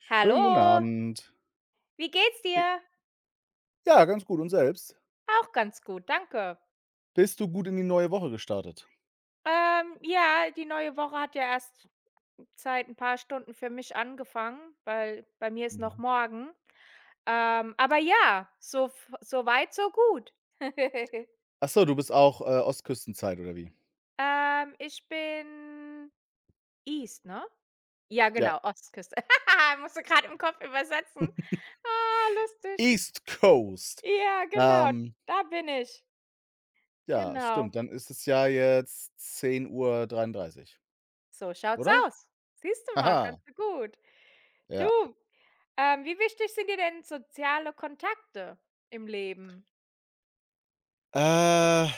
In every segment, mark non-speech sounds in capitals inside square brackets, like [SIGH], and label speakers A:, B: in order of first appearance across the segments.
A: Schönen
B: Hallo,
A: guten Abend.
B: wie geht's
A: J
B: dir?
A: Ja, ganz gut und selbst?
B: Auch ganz gut, danke.
A: Bist du gut in die neue Woche gestartet?
B: Ja, die neue Woche hat ja erst seit ein paar Stunden für mich angefangen, weil bei mir ist noch
A: Mhm.
B: morgen. Aber ja, so weit, so gut. [LAUGHS]
A: Ach so, du bist auch, Ostküstenzeit oder wie?
B: Ich bin East, ne? Ja,
A: Ja,
B: genau, Ostküste. [LAUGHS] Musste gerade im Kopf übersetzen. Ah, lustig.
A: East Coast.
B: Ja, genau,
A: Ähm,
B: da bin ich.
A: ja, stimmt,
B: Genau.
A: dann ist es ja jetzt 10:33 Uhr,
B: So schaut's
A: oder?
B: aus. Siehst du mal,
A: Haha,
B: kannst du gut.
A: ja.
B: Du, wie wichtig sind dir denn soziale Kontakte im Leben?
A: Äh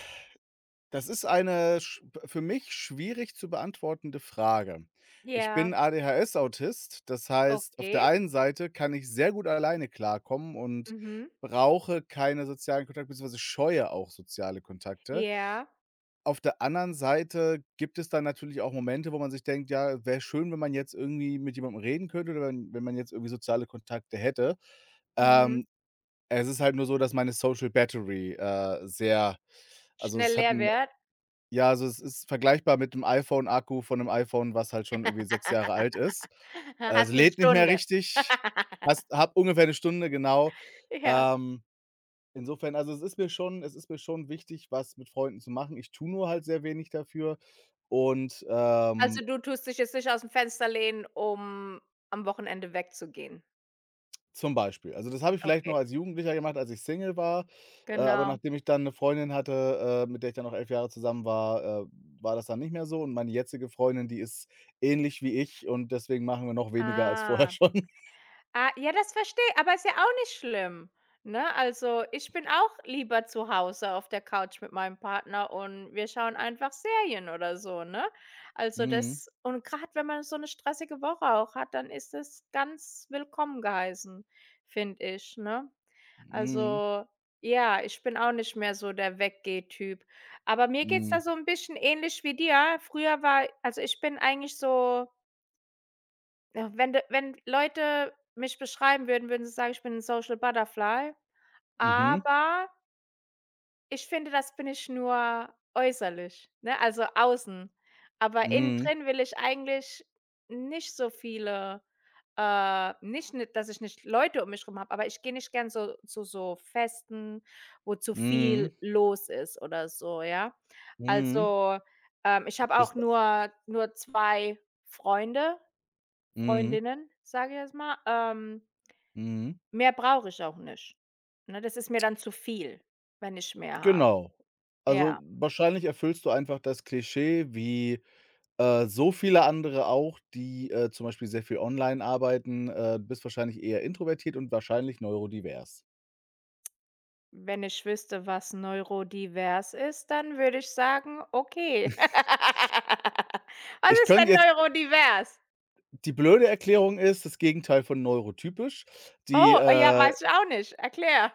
A: Das ist eine sch für mich schwierig zu beantwortende Frage. Ich bin
B: Ja.
A: ADHS-Autist, das heißt, auf der
B: Okay.
A: einen Seite kann ich sehr gut alleine klarkommen und
B: Mhm.
A: brauche keine sozialen Kontakte beziehungsweise scheue auch soziale Kontakte.
B: Ja.
A: Auf der anderen Seite gibt es dann natürlich auch Momente, wo man sich denkt: „Ja, wäre schön, wenn man jetzt irgendwie mit jemandem reden könnte oder wenn man jetzt irgendwie soziale Kontakte hätte.“
B: Mhm.
A: Ähm, Es ist halt nur so, dass meine Social Battery, sehr, also,
B: Schnell
A: es hat
B: leer
A: 'n,
B: wird.
A: ja, also es ist vergleichbar mit dem iPhone-Akku von 'nem iPhone, was halt schon irgendwie 6 Jahre
B: [LAUGHS]
A: alt ist. Es
B: Hast eine
A: lädt nicht mehr
B: Stunde.
A: richtig. Hast Habe ungefähr 'ne Stunde, genau.
B: Ja.
A: Ähm, Insofern, also, es ist mir schon wichtig, was mit Freunden zu machen. Ich tue nur halt sehr wenig dafür und.
B: Also, du tust dich jetzt nicht aus dem Fenster lehnen, um am Wochenende wegzugehen?
A: Zum Beispiel. Also, das habe ich vielleicht noch
B: Okay,
A: als Jugendlicher gemacht, als ich Single war, aber
B: genau.
A: nachdem ich dann eine Freundin hatte, mit der ich dann noch 11 Jahre zusammen war, war das dann nicht mehr so, und meine jetzige Freundin, die ist ähnlich wie ich, und deswegen machen wir noch weniger als vorher
B: Ah.
A: schon. [LAUGHS]
B: Ah, ja, das verstehe, aber ist ja auch nicht schlimm, ne? Also, ich bin auch lieber zu Hause auf der Couch mit meinem Partner und wir schauen einfach Serien oder so, ne? Also,
A: Mhm.
B: das und gerade wenn man so 'ne stressige Woche auch hat, dann ist das ganz willkommen geheißen, finde ich, ne?
A: Mhm.
B: Also, ja, ich bin auch nicht mehr so der Weggeh-Typ. Aber mir geht's da
A: Mhm.
B: so 'n bisschen ähnlich wie dir. Früher war also, ich bin eigentlich so ja, wenn Leute mich beschreiben würden, würden sie sagen, ich bin ein Social Butterfly,
A: Mhm.
B: aber ich finde, das bin ich nur äußerlich, ne, also außen. Aber innen
A: Mhm.
B: drin will ich eigentlich nicht so viele nicht ni dass ich nicht Leute um mich rum habe, aber ich gehe nicht gern so zu so Festen, wo zu
A: Mhm.
B: viel los ist oder so, ja.
A: Mhm.
B: Also, ich habe auch
A: Bist
B: nur 2 Freunde
A: Mhm.
B: Freundinnen, sage ich jetzt mal,
A: Mhm.
B: mehr brauche ich auch nicht. Ne, das ist mir dann zu viel, wenn ich mehr habe.
A: Genau.
B: Ja,
A: Also, wahrscheinlich erfüllst du einfach das Klischee wie so viele andere auch, die, zum Beispiel sehr viel online arbeiten, bist wahrscheinlich eher introvertiert und wahrscheinlich neurodivers.
B: wenn ich wüsste, was neurodivers ist, dann würde ich sagen: „Okay.“ [LAUGHS] Was
A: Ich
B: ist
A: könnte
B: denn
A: jetzt
B: neurodivers?
A: Die blöde Erklärung ist das Gegenteil von neurotypisch. Die,
B: Oh, ja,
A: äh
B: weiß ich auch nicht. Erklär.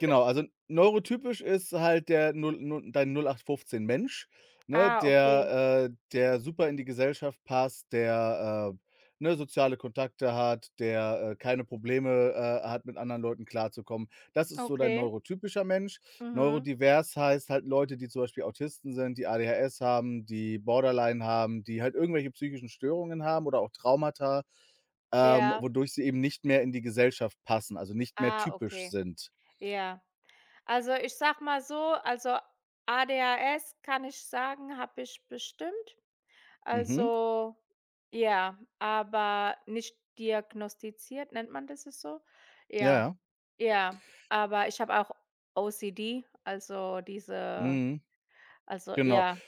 A: Genau, also neurotypisch ist halt der null null dein 08/15 Mensch, ne,
B: Ah, okay.
A: der super in die Gesellschaft passt, der, ne, soziale Kontakte hat, der, keine Probleme, hat, mit anderen Leuten klarzukommen. Das ist so dein
B: Okay.
A: neurotypischer Mensch.
B: Mhm.
A: Neurodivers heißt halt Leute, die zum Beispiel Autisten sind, die ADHS haben, die Borderline haben, die halt irgendwelche psychischen Störungen haben oder auch Traumata,
B: Ja.
A: wodurch sie eben nicht mehr in die Gesellschaft passen, also nicht mehr
B: Ah,
A: typisch
B: okay.
A: sind.
B: Ja. Also, ich sag mal so, also ADHS kann ich sagen, habe ich bestimmt.
A: Mhm.
B: Also, ja, aber nicht diagnostiziert, nennt man das es so?
A: Ja,
B: Ja,
A: ja.
B: ja, aber ich habe auch O C D, also diese,
A: Mhm.
B: also
A: Genau.
B: ja,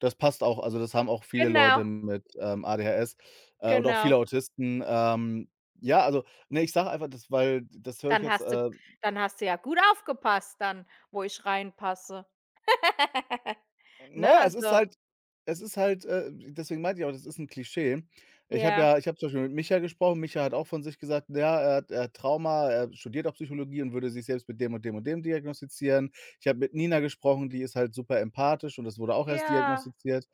A: Das passt auch. Also, das haben auch viele
B: genau,
A: Leute mit, ADHS, und auch
B: genau.
A: viele Autisten. Ja, also, ne, ich sage einfach das, weil das höre ich
B: Dann
A: jetzt,
B: hast du
A: äh
B: Dann hast du ja gut aufgepasst dann, wo ich reinpasse. [LAUGHS] Ne,
A: Naja, es ist
B: also
A: halt es ist halt, äh deswegen meinte ich auch, das ist 'n Klischee. Ich habe
B: ja,
A: ja ich habe zum Beispiel mit Micha gesprochen. Micha hat auch von sich gesagt, ja, er hat Trauma, er studiert auch Psychologie und würde sich selbst mit dem und dem und dem diagnostizieren. Ich habe mit Nina gesprochen, die ist halt super empathisch, und das wurde auch erst
B: ja,
A: diagnostiziert.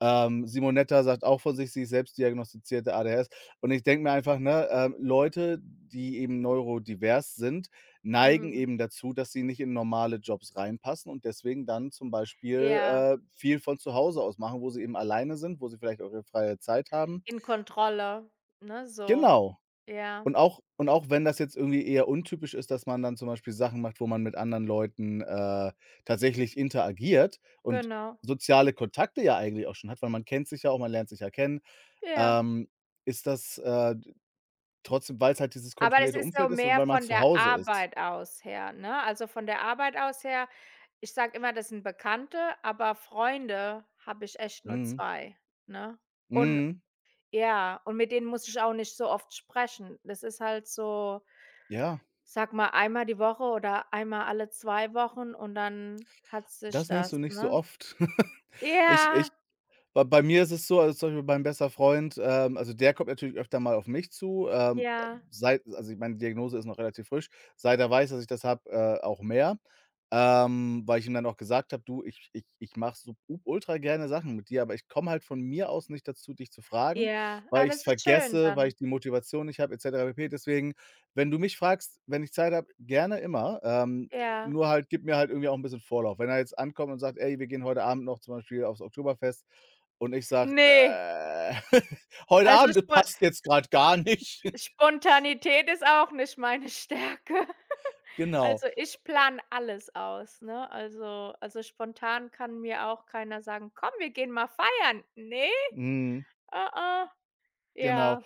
A: Simonetta sagt auch von sich, sie ist selbst diagnostizierte ADHS. Und ich denke mir einfach, ne, Leute, die eben neurodivers sind, neigen
B: mhm,
A: eben dazu, dass sie nicht in normale Jobs reinpassen, und deswegen dann zum Beispiel,
B: ja,
A: äh, viel von zu Hause aus machen, wo sie eben alleine sind, wo sie vielleicht auch ihre freie Zeit haben.
B: in Kontrolle, ne, so.
A: Genau.
B: Ja,
A: Und auch wenn das jetzt irgendwie eher untypisch ist, dass man dann zum Beispiel Sachen macht, wo man mit anderen Leuten, tatsächlich interagiert und
B: genau,
A: soziale Kontakte ja eigentlich auch schon hat, weil man kennt sich ja auch, man lernt sich ja kennen,
B: ja.
A: ähm, ist das trotzdem, weil es halt dieses
B: Aber das
A: kontrollierte
B: ist so
A: Umfeld ist und
B: mehr
A: weil man
B: von
A: zu
B: der
A: Hause ist.
B: Arbeit aus her, ne? Also, von der Arbeit aus her, ich sage immer, das sind Bekannte, aber Freunde habe ich echt nur
A: Mhm.
B: 2, ne? Und
A: Mhm.
B: ja, und mit denen muss ich auch nicht so oft sprechen. Das ist halt so,
A: Ja.
B: sag mal, einmal die Woche oder einmal alle 2 Wochen und dann hat sich
A: Das nennst du
B: das,
A: nicht so
B: ne?
A: oft. [LAUGHS] Ich
B: Ja,
A: ich bei bei mir ist es so, also zum Beispiel mein bester Freund, also der kommt natürlich öfter mal auf mich zu,
B: ja,
A: seit, also, ich meine, die Diagnose ist noch relativ frisch, seit er weiß, dass ich das habe, auch mehr, weil ich ihm dann auch gesagt habe: „Du, ich ich ich mache so u ultra gerne Sachen mit dir, aber ich komme halt von mir aus nicht dazu, dich zu fragen,
B: ja. Ah,
A: weil ich es
B: das ist schön
A: vergesse, weil
B: dann.
A: ich die Motivation nicht habe, et cetera pp. Deswegen, wenn du mich fragst, wenn ich Zeit habe, gerne immer,
B: Ja.
A: nur halt gib mir halt irgendwie auch ein bisschen Vorlauf.“ Wenn er jetzt ankommt und sagt: „Ey, wir gehen heute Abend noch zum Beispiel aufs Oktoberfest“, und ich sage:
B: Ne,
A: „ [LAUGHS] heute
B: also,
A: Abend,
B: ich
A: das
B: woll
A: passt jetzt gerade gar nicht.“ [LAUGHS]
B: Spontanität ist auch nicht meine [LAUGHS] Stärke.
A: Genau.
B: Also, ich plane alles aus, ne? Also, spontan kann mir auch keiner sagen: „Komm, wir gehen mal feiern.“ Ne,
A: Mhm,
B: ah ah,
A: genau.
B: ja,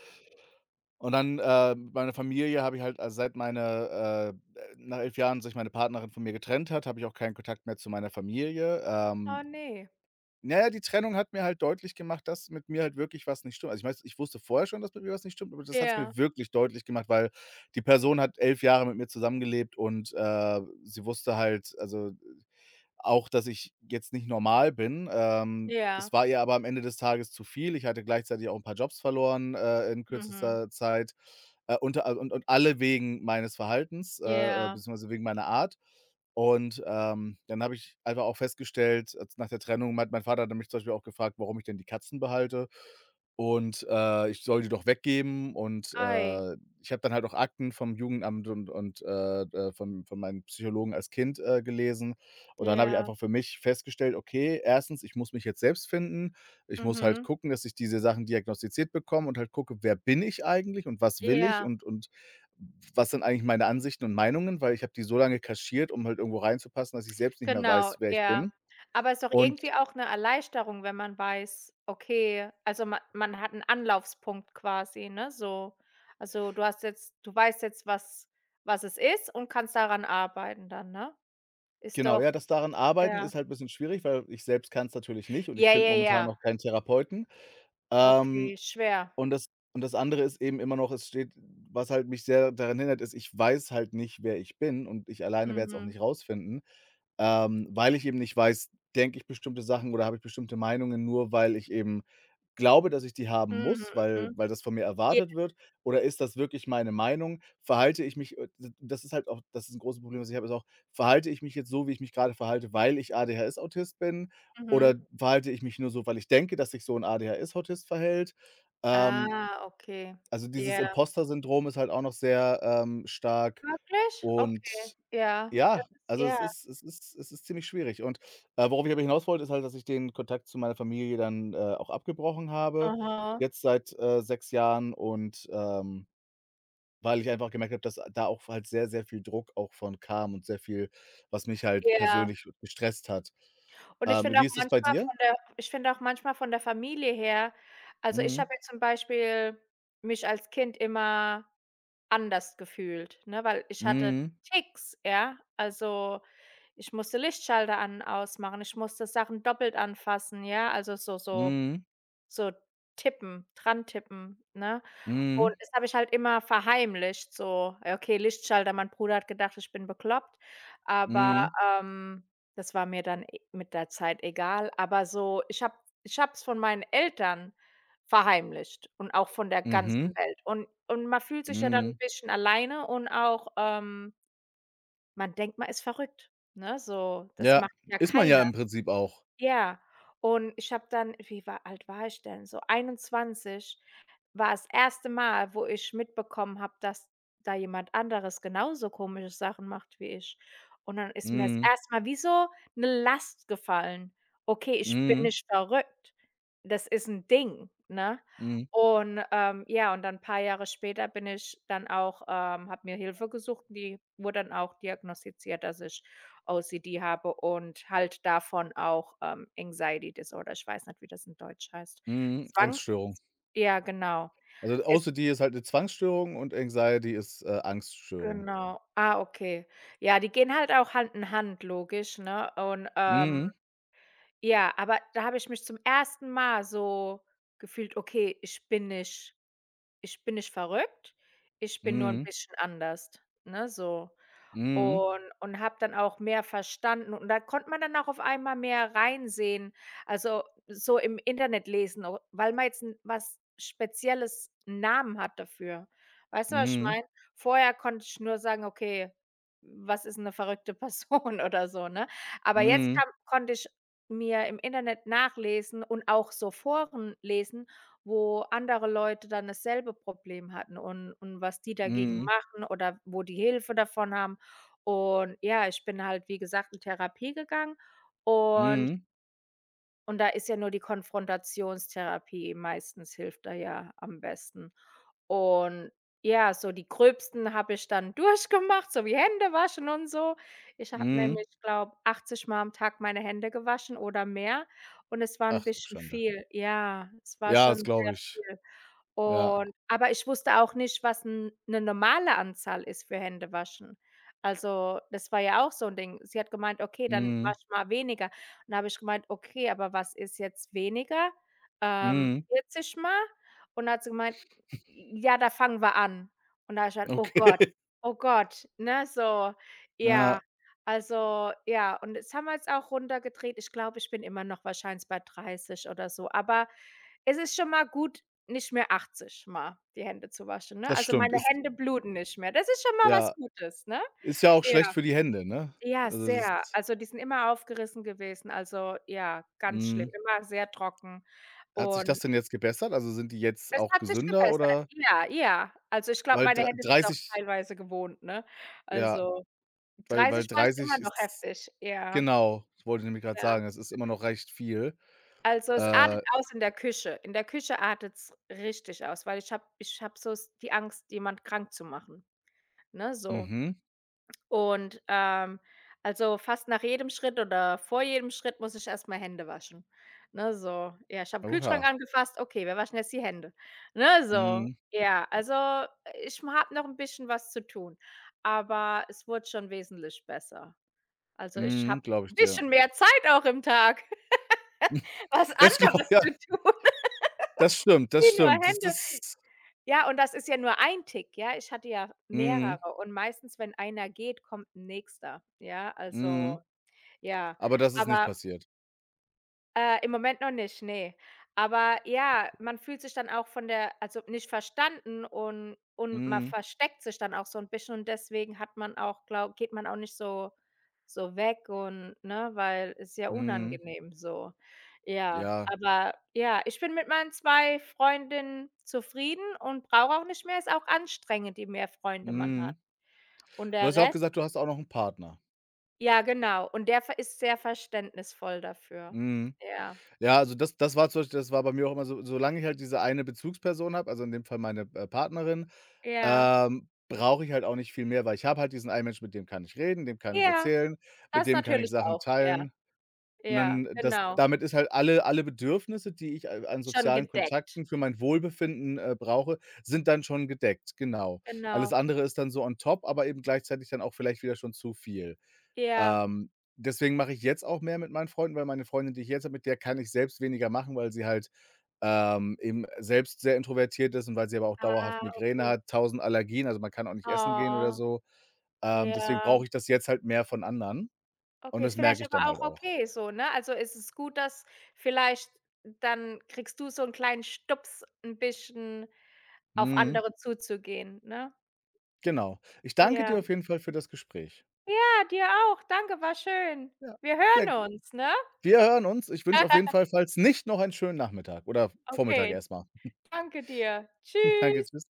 A: Und dann, meine Familie habe ich halt, also, seit meine nach 11 Jahren sich meine Partnerin von mir getrennt hat, habe ich auch keinen Kontakt mehr zu meiner Familie.
B: oh ne.
A: Na ja, die Trennung hat mir halt deutlich gemacht, dass mit mir halt wirklich was nicht stimmt. Also, ich wusste vorher schon, dass mit mir was nicht stimmt, aber das hat es
B: Ja,
A: mir wirklich deutlich gemacht, weil die Person hat 11 Jahre mit mir zusammengelebt, und, sie wusste halt, also auch, dass ich jetzt nicht normal bin.
B: ja,
A: Das war ihr aber am Ende des Tages zu viel. Ich hatte gleichzeitig auch ein paar Jobs verloren, in
B: mhm,
A: kürzester Zeit, unter also, und alle wegen meines Verhaltens,
B: ja,
A: beziehungsweise wegen meiner Art. Und dann habe ich einfach auch festgestellt, als, nach der Trennung, hat mein Vater dann mich zum Beispiel auch gefragt, warum ich denn die Katzen behalte und, ich soll die doch weggeben. Und,
B: ei,
A: äh, ich habe dann halt auch Akten vom Jugendamt und von meinem Psychologen als Kind, gelesen, und dann habe ich
B: ja,
A: einfach für mich festgestellt: „Okay, erstens, ich muss mich jetzt selbst finden. Ich muss halt
B: mhm,
A: gucken, dass ich diese Sachen diagnostiziert bekomme und halt gucke, wer bin ich eigentlich und was will ich,
B: ja.
A: und was sind eigentlich meine Ansichten und Meinungen?“ Weil ich habe die so lange kaschiert, um halt irgendwo reinzupassen, dass ich selbst nicht mehr
B: Genau,
A: weiß, wer ich
B: ja.
A: bin.
B: Aber ist doch
A: Und
B: irgendwie auch 'ne Erleichterung, wenn man weiß, okay, also ma man hat 'n Anlaufspunkt quasi, ne, so. Also, du weißt jetzt, was es ist und kannst daran arbeiten dann, ne? Ist
A: genau,
B: doch
A: ja, das daran arbeiten
B: ja.
A: ist halt ein bisschen schwierig, weil ich selbst kann es natürlich nicht, und ich
B: Ja,
A: finde
B: ja,
A: momentan
B: ja.
A: noch keinen Therapeuten. Ähm
B: Okay, schwer.
A: Und das und das andere ist eben immer noch, es steht was halt mich sehr daran hindert, ist, ich weiß halt nicht, wer ich bin, und ich alleine werde es auch
B: Mhm.
A: nicht rausfinden, weil ich eben nicht weiß, denke ich bestimmte Sachen oder habe ich bestimmte Meinungen nur, weil ich eben glaube, dass ich die haben
B: Mhm,
A: muss, weil
B: mhm.
A: das von mir
B: Ja.
A: erwartet wird, oder ist das wirklich meine Meinung? Verhalte ich mich, d Das ist halt auch, das ist 'n großes Problem, was ich habe, ist auch, verhalte ich mich jetzt so, wie ich mich grade verhalte, weil ich ADHS-Autist bin, oder
B: Mhm.
A: verhalte ich mich nur so, weil ich denke, dass sich so 'n ADHS-Autist verhält? Ähm,
B: Ah, okay.
A: also, dieses
B: Ja.
A: Imposter-Syndrom ist halt auch noch sehr, stark,
B: Wirklich? Okay.
A: und
B: Ja. Das
A: ja,
B: ist
A: also,
B: ja.
A: es ist ziemlich schwierig, und, worauf ich aber hinaus wollte, ist halt, dass ich den Kontakt zu meiner Familie dann, auch abgebrochen habe,
B: Aha.
A: jetzt seit 6 Jahren, und, weil ich einfach gemerkt habe, dass da auch halt sehr, sehr viel Druck auch von kam und sehr viel, was mich halt
B: Ja.
A: persönlich gestresst hat.
B: Und
A: Wie ist das bei dir?
B: ich finde auch manchmal von der Familie her, also, ich
A: Mhm.
B: habe jetzt zum Beispiel mich als Kind immer anders gefühlt, ne, weil ich hatte
A: Mhm.
B: Ticks, ja? Also, ich musste Lichtschalter an ausmachen, ich musste Sachen doppelt anfassen, ja? Also, so so
A: Mhm.
B: so tippen, dran tippen, ne? Und
A: Mhm.
B: das habe ich halt immer verheimlicht, so, ja, okay, Lichtschalter, mein Bruder hat gedacht, ich bin bekloppt, aber,
A: Mhm.
B: das war mir dann e mit der Zeit egal. Aber so, ich habe es von meinen Eltern verheimlicht und auch von der ganzen
A: Mhm.
B: Welt. Und man fühlt sich ja dann ein
A: Mhm.
B: bisschen alleine und auch, man denkt, man ist verrückt, ne? So, das
A: Ja,
B: macht ja
A: ist man ja
B: keiner.
A: im Prinzip auch.
B: Ja, und ich habe dann wie war alt war ich denn? So 21 war das erste Mal, wo ich mitbekommen habe, dass da jemand anderes genauso komische Sachen macht wie ich. Und dann ist mir das
A: Mhm,
B: 1. Mal wie so eine Last gefallen. Okay, ich bin
A: mhm,
B: nicht verrückt. Das ist ein Ding, ne?
A: mhm,
B: Und, ja, und dann ein paar Jahre später bin ich dann auch habe mir Hilfe gesucht, die wurde dann auch diagnostiziert, dass ich OCD habe und halt davon auch, Anxiety Disorder. Ich weiß nicht, wie das in Deutsch heißt.
A: mhm,
B: Zwangs,
A: Angststörung.
B: ja, genau.
A: Also,
B: Ist
A: OCD ist halt 'ne Zwangsstörung, und Anxiety ist, Angststörung.
B: genau. Ah, okay. Ja, die gehen halt auch Hand in Hand, logisch, ne? Und,
A: Mhm,
B: ja, aber da habe ich mich zum ersten Mal so gefühlt: „Okay, ich bin nicht verrückt, ich bin nur ein
A: mhm,
B: bisschen anders“, ne, so.
A: mhm,
B: Und habe dann auch mehr verstanden und da konnte man dann auch auf einmal mehr reinsehen, also, so im Internet lesen, o weil man jetzt 'n was spezielles 'n Namen hat dafür. Weißt du, was ich
A: mhm,
B: meine? Vorher konnte ich nur sagen: „Okay, was ist eine verrückte Person?“ [LAUGHS] oder so, ne? Aber jetzt
A: mhm,
B: kam konnte ich mir im Internet nachlesen und auch so Foren lesen, wo andere Leute dann dasselbe Problem hatten und was die dagegen
A: mhm,
B: machen oder wo die Hilfe davon haben. Und ja, ich bin halt, wie gesagt, in Therapie gegangen und
A: mhm,
B: da ist ja nur die Konfrontationstherapie meistens hilft da ja am besten. Und ja, so die gröbsten habe ich dann [LAUGHS] durchgemacht, so wie Hände waschen und so. Ich habe
A: mhm.
B: nämlich, glaube, 80 Mal am Tag meine Hände gewaschen oder mehr und es war ein
A: Ach du
B: bisschen
A: Schande.
B: viel. Ja, es war
A: Ja, das
B: schon
A: glaube
B: sehr
A: ich.
B: viel.
A: Ja.
B: Und aber ich wusste auch nicht, was eine normale Anzahl ist für Hände waschen. Also, das war ja auch so ein Ding. Sie hat gemeint: „Okay, dann
A: Mhm,
B: wasch mal weniger.“ Und dann habe ich gemeint: „Okay, aber was ist jetzt weniger?
A: mhm,
B: 40 Mal?“ Und dann hat sie gemeint: ja, da fangen wir an. Und da habe ich
A: [LAUGHS]
B: gesagt: „Oh Gott,
A: okay.
B: oh Gott“, ne, so.
A: Ja,
B: Ja, also, ja, und das haben wir jetzt auch runtergedreht. Ich glaube, ich bin immer noch wahrscheinlich bei 30 oder so, aber es ist schon mal gut, nicht mehr 80 mal die Hände zu waschen, ne?
A: das
B: Also,
A: stimmt.
B: meine Hände bluten nicht mehr. Das ist schon mal was
A: Ja,
B: Gutes, ne?
A: ist ja, auch schlecht
B: Ja.
A: für die Hände, ne?
B: Ja,
A: Also, das
B: sehr.
A: ist
B: Also, die sind immer aufgerissen gewesen. Also, ja, ganz schlimm,
A: mhm.
B: immer sehr trocken
A: Hat sich das
B: und
A: denn jetzt gebessert? Also, sind die jetzt
B: es
A: auch
B: hat sich
A: gesünder,
B: gebessert.
A: oder—
B: Ja, ja. Also, ich glaube,
A: Weil
B: meine
A: drei,
B: Hände sind's auch
A: 30,
B: teilweise gewohnt, ne?
A: ja,
B: Also,
A: weil
B: 30 Mal ist immer
A: 30
B: noch
A: ist—
B: heftig. Ja,
A: genau, ich wollte nämlich gerade
B: ja.
A: sagen, es ist immer noch recht viel.
B: Also, es artet
A: Äh,
B: aus in der Küche. In der Küche artet's richtig aus, weil ich habe so s die Angst, jemand krank zu machen, ne, so.
A: mhm,
B: Und, also, fast nach jedem Schritt oder vor jedem Schritt muss ich erstmal Hände waschen, ne, so. Ja, ich habe den Kühlschrank
A: oha.
B: angefasst, okay, wir waschen jetzt die Hände, ne, so.
A: Mhm,
B: Ja, also, ich habe noch ein bisschen was zu tun, aber es wurde schon wesentlich besser. Also, ich
A: mhm,
B: habe
A: glaube ich
B: 'n
A: dir.
B: bisschen mehr Zeit auch im Tag, [LAUGHS] was
A: Das glaube
B: anderes
A: [LAUGHS] ja,
B: zu tun, [LAUGHS]
A: das stimmt, das
B: wie nur
A: stimmt. Das
B: Hände.
A: ist
B: Ja, und das ist ja nur ein Tick, ja? Ich hatte ja
A: mhm,
B: mehrere und meistens, wenn einer geht, kommt 'n nächster, ja? Also
A: mhm,
B: ja,
A: aber das ist nicht
B: aber,
A: passiert.
B: im Moment noch nicht, ne. Aber ja, man fühlt sich dann auch von der, also, nicht verstanden und man
A: Mhm,
B: versteckt sich dann auch so ein bisschen und deswegen hat man auch glau geht man auch nicht so so weg und ne, weil es ist ja
A: mhm,
B: unangenehm so. Ja,
A: ja,
B: aber ja, ich bin mit meinen 2 Freundinnen zufrieden und brauche auch nicht mehr. Ist auch anstrengend, je mehr Freunde man
A: mhm.
B: hat. Und
A: Du
B: der
A: hast ja auch
B: Rest
A: gesagt, du hast auch noch einen Partner.
B: ja, genau. Und der ver ist sehr verständnisvoll dafür.
A: Mhm.
B: Ja.
A: Ja, also das war zum Beispiel, das war bei mir auch immer so, solange ich halt diese eine Bezugsperson habe, also in dem Fall meine, Partnerin.
B: Ja.
A: Brauche ich halt auch nicht viel mehr, weil ich habe halt diesen einen Menschen, mit dem kann ich reden, dem kann ich
B: Ja,
A: erzählen, mit
B: das
A: dem kann ich
B: natürlich
A: Sachen
B: auch. Ja,
A: teilen. Und
B: ja,
A: dann das
B: genau.
A: damit ist halt alle Bedürfnisse, die ich a an
B: Schon
A: sozialen
B: gedeckt.
A: Kontakten für mein Wohlbefinden, brauche, sind dann schon gedeckt, genau. Alles
B: Genau.
A: andere ist dann so on top, aber eben gleichzeitig dann auch vielleicht wieder schon zu viel.
B: Ja.
A: Ähm, Deswegen mache ich jetzt auch mehr mit meinen Freunden, weil meine Freundin, die ich jetzt habe, mit der kann ich selbst weniger machen, weil sie halt, eben selbst sehr introvertiert ist und weil sie aber auch dauerhaft
B: Ah,
A: Migräne
B: okay.
A: hat, tausend Allergien, also man kann auch nicht essen gehen oder
B: Oh,
A: so. Deswegen
B: ja.
A: brauche ich das jetzt halt mehr von anderen, und
B: Okay,
A: das
B: ist
A: merke
B: vielleicht
A: ich dann
B: aber
A: halt
B: auch
A: auch.
B: okay so, ne? Also, ist es gut, dass vielleicht dann kriegst du so 'n kleinen Stups, 'n bisschen auf
A: Mhm,
B: andere zuzugehen, ne?
A: genau. Ich danke
B: Ja.
A: dir auf jeden Fall für das Gespräch.
B: Ja, dir auch. Danke, war schön.
A: Ja.
B: Wir
A: Ja, g
B: hören uns, ne?
A: wir hören uns. Ich wünsche auf jeden
B: [LAUGHS]
A: Fall, falls nicht, noch einen schönen Nachmittag oder Vormittag
B: Okay,
A: erstmal.
B: danke dir.
A: [LAUGHS] Danke,
B: Tschüss.
A: tschüss.